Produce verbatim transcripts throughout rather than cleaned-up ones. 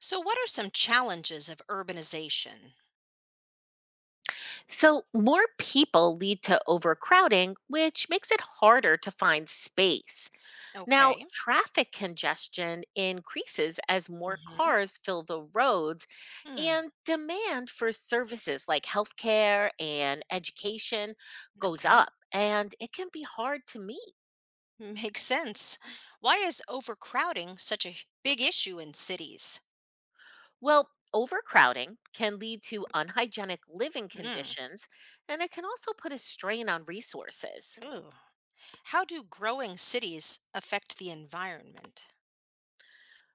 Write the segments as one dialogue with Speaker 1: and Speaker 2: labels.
Speaker 1: So, what are some challenges of urbanization?
Speaker 2: So, more people lead to overcrowding, which makes it harder to find space. Now,
Speaker 1: Okay.
Speaker 2: traffic congestion increases as more
Speaker 1: hmm
Speaker 2: cars fill the roads,
Speaker 1: Hmm.
Speaker 2: and demand for services like healthcare and education goes
Speaker 1: Okay.
Speaker 2: up, and it can be hard to meet.
Speaker 1: Makes sense. Why is overcrowding such a h- big issue in cities?
Speaker 2: Well, overcrowding can lead to unhygienic living
Speaker 1: Mm.
Speaker 2: conditions, and it can also put a strain on resources.
Speaker 1: Ooh. How do growing cities affect the environment?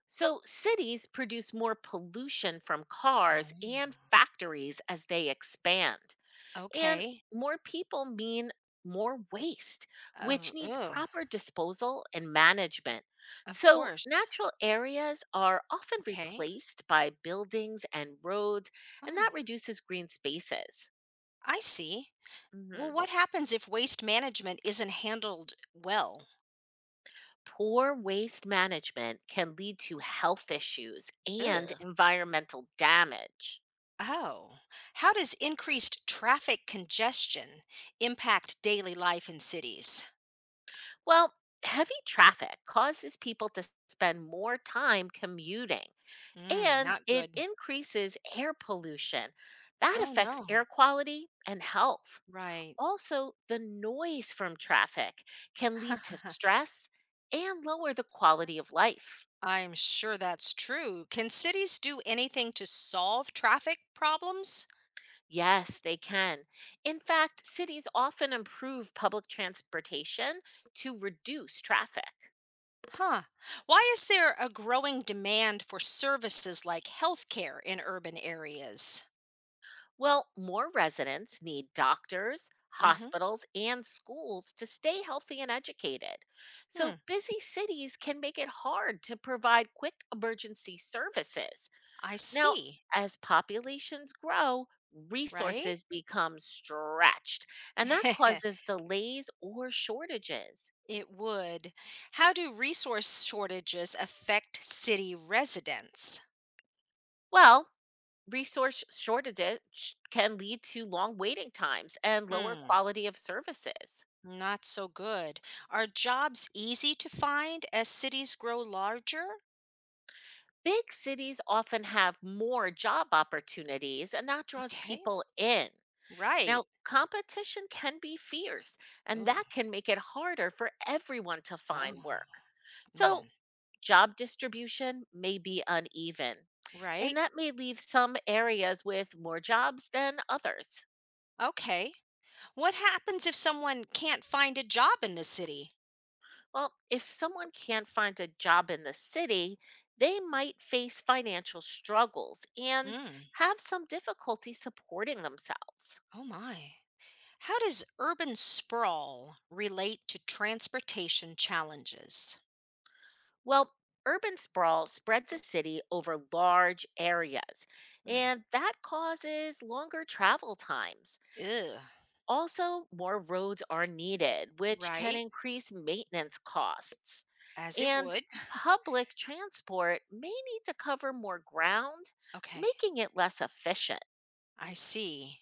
Speaker 2: So, cities produce more pollution from cars
Speaker 1: Oh.
Speaker 2: and factories as they expand. And
Speaker 1: Okay.
Speaker 2: more people mean more waste, which
Speaker 1: Of,
Speaker 2: needs
Speaker 1: ugh.
Speaker 2: proper disposal and management.
Speaker 1: Of
Speaker 2: So,
Speaker 1: course.
Speaker 2: natural areas are often
Speaker 1: Okay.
Speaker 2: replaced by buildings and roads, and
Speaker 1: Oh,
Speaker 2: that reduces green spaces.
Speaker 1: I see. Well,
Speaker 2: Mhm.
Speaker 1: what happens if waste management isn't handled well?
Speaker 2: Poor waste management can lead to health issues and
Speaker 1: Ugh.
Speaker 2: environmental damage.
Speaker 1: Oh, how does increased traffic congestion impact daily life in cities?
Speaker 2: Well, heavy traffic causes people to spend more time commuting
Speaker 1: Mm,
Speaker 2: and
Speaker 1: not
Speaker 2: it
Speaker 1: good.
Speaker 2: increases air pollution. That
Speaker 1: Oh,
Speaker 2: affects
Speaker 1: no.
Speaker 2: air quality and health.
Speaker 1: Right.
Speaker 2: Also, the noise from traffic can lead to stress and lower the quality of life.
Speaker 1: I'm sure that's true. Can cities do anything to solve traffic problems?
Speaker 2: Yes, they can. In fact, cities often improve public transportation to reduce traffic.
Speaker 1: Huh. Why is there a growing demand for services like healthcare in urban areas?
Speaker 2: Well, more residents need doctors,
Speaker 1: Mm-hmm.
Speaker 2: hospitals, and schools to stay healthy and educated. So,
Speaker 1: Hmm.
Speaker 2: busy cities can make it hard to provide quick emergency services.
Speaker 1: I
Speaker 2: Now,
Speaker 1: see.
Speaker 2: as populations grow,
Speaker 1: Right?
Speaker 2: resources become stretched, and that causes delays or shortages.
Speaker 1: It would. How do resource shortages affect city residents?
Speaker 2: Well, resource shortages sh- can lead to long waiting times and lower
Speaker 1: Hmm,
Speaker 2: quality of services.
Speaker 1: not so good. Are jobs easy to find as cities grow larger?
Speaker 2: Big cities often have more job opportunities, and that draws
Speaker 1: Okay,
Speaker 2: people in.
Speaker 1: right.
Speaker 2: Now, competition can be fierce, and
Speaker 1: Ooh,
Speaker 2: that can make it harder for everyone to
Speaker 1: oh,
Speaker 2: find work.
Speaker 1: mm,
Speaker 2: So, job distribution may be uneven,
Speaker 1: right.
Speaker 2: and that may leave some areas with more jobs than others.
Speaker 1: Okay. What happens if someone can't find a job in the city?
Speaker 2: Well, if someone can't find a job in the city, they might face financial struggles and
Speaker 1: Mm,
Speaker 2: have some difficulty supporting themselves.
Speaker 1: oh my. How does urban sprawl relate to transportation challenges?
Speaker 2: Well, urban sprawl spreads a city over large areas,
Speaker 1: Mm,
Speaker 2: and that causes longer travel times.
Speaker 1: ew,
Speaker 2: Also, more roads are needed, which can
Speaker 1: right.
Speaker 2: increase maintenance costs.
Speaker 1: As it
Speaker 2: And
Speaker 1: would.
Speaker 2: public transport may need to cover more ground,
Speaker 1: Okay,
Speaker 2: making it less efficient.
Speaker 1: I see.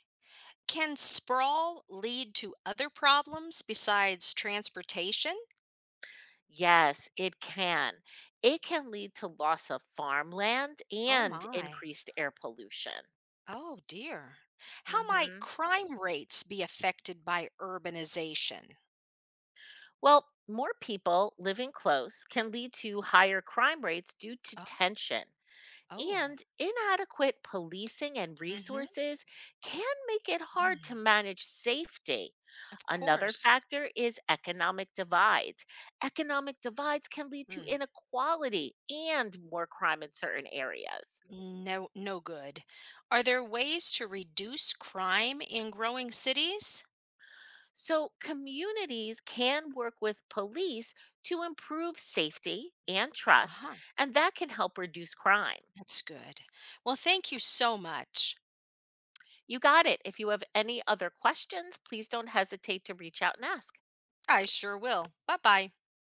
Speaker 1: Can sprawl lead to other problems besides transportation?
Speaker 2: Yes, it can. It can lead to loss of farmland
Speaker 1: Oh
Speaker 2: and
Speaker 1: my.
Speaker 2: increased air pollution.
Speaker 1: Oh dear. How might
Speaker 2: hmm
Speaker 1: crime rates be affected by urbanization?
Speaker 2: Well, more people living close can lead to higher crime rates due to
Speaker 1: Oh,
Speaker 2: tension.
Speaker 1: oh.
Speaker 2: And inadequate policing and
Speaker 1: Mm-hmm.
Speaker 2: resources can make it hard to
Speaker 1: Mm,
Speaker 2: manage safety.
Speaker 1: of
Speaker 2: Another
Speaker 1: course.
Speaker 2: factor is economic divides. Economic divides can lead to
Speaker 1: Mm,
Speaker 2: inequality and more crime in certain areas.
Speaker 1: no, no good. Are there ways to reduce crime in growing cities?
Speaker 2: So, communities can work with police to improve safety and
Speaker 1: Uh
Speaker 2: trust,
Speaker 1: huh.
Speaker 2: and that can help reduce crime.
Speaker 1: That's good. Well, thank you so much.
Speaker 2: You got it. If you have any other questions, please don't hesitate to reach out and ask.
Speaker 1: I sure will. Bye bye.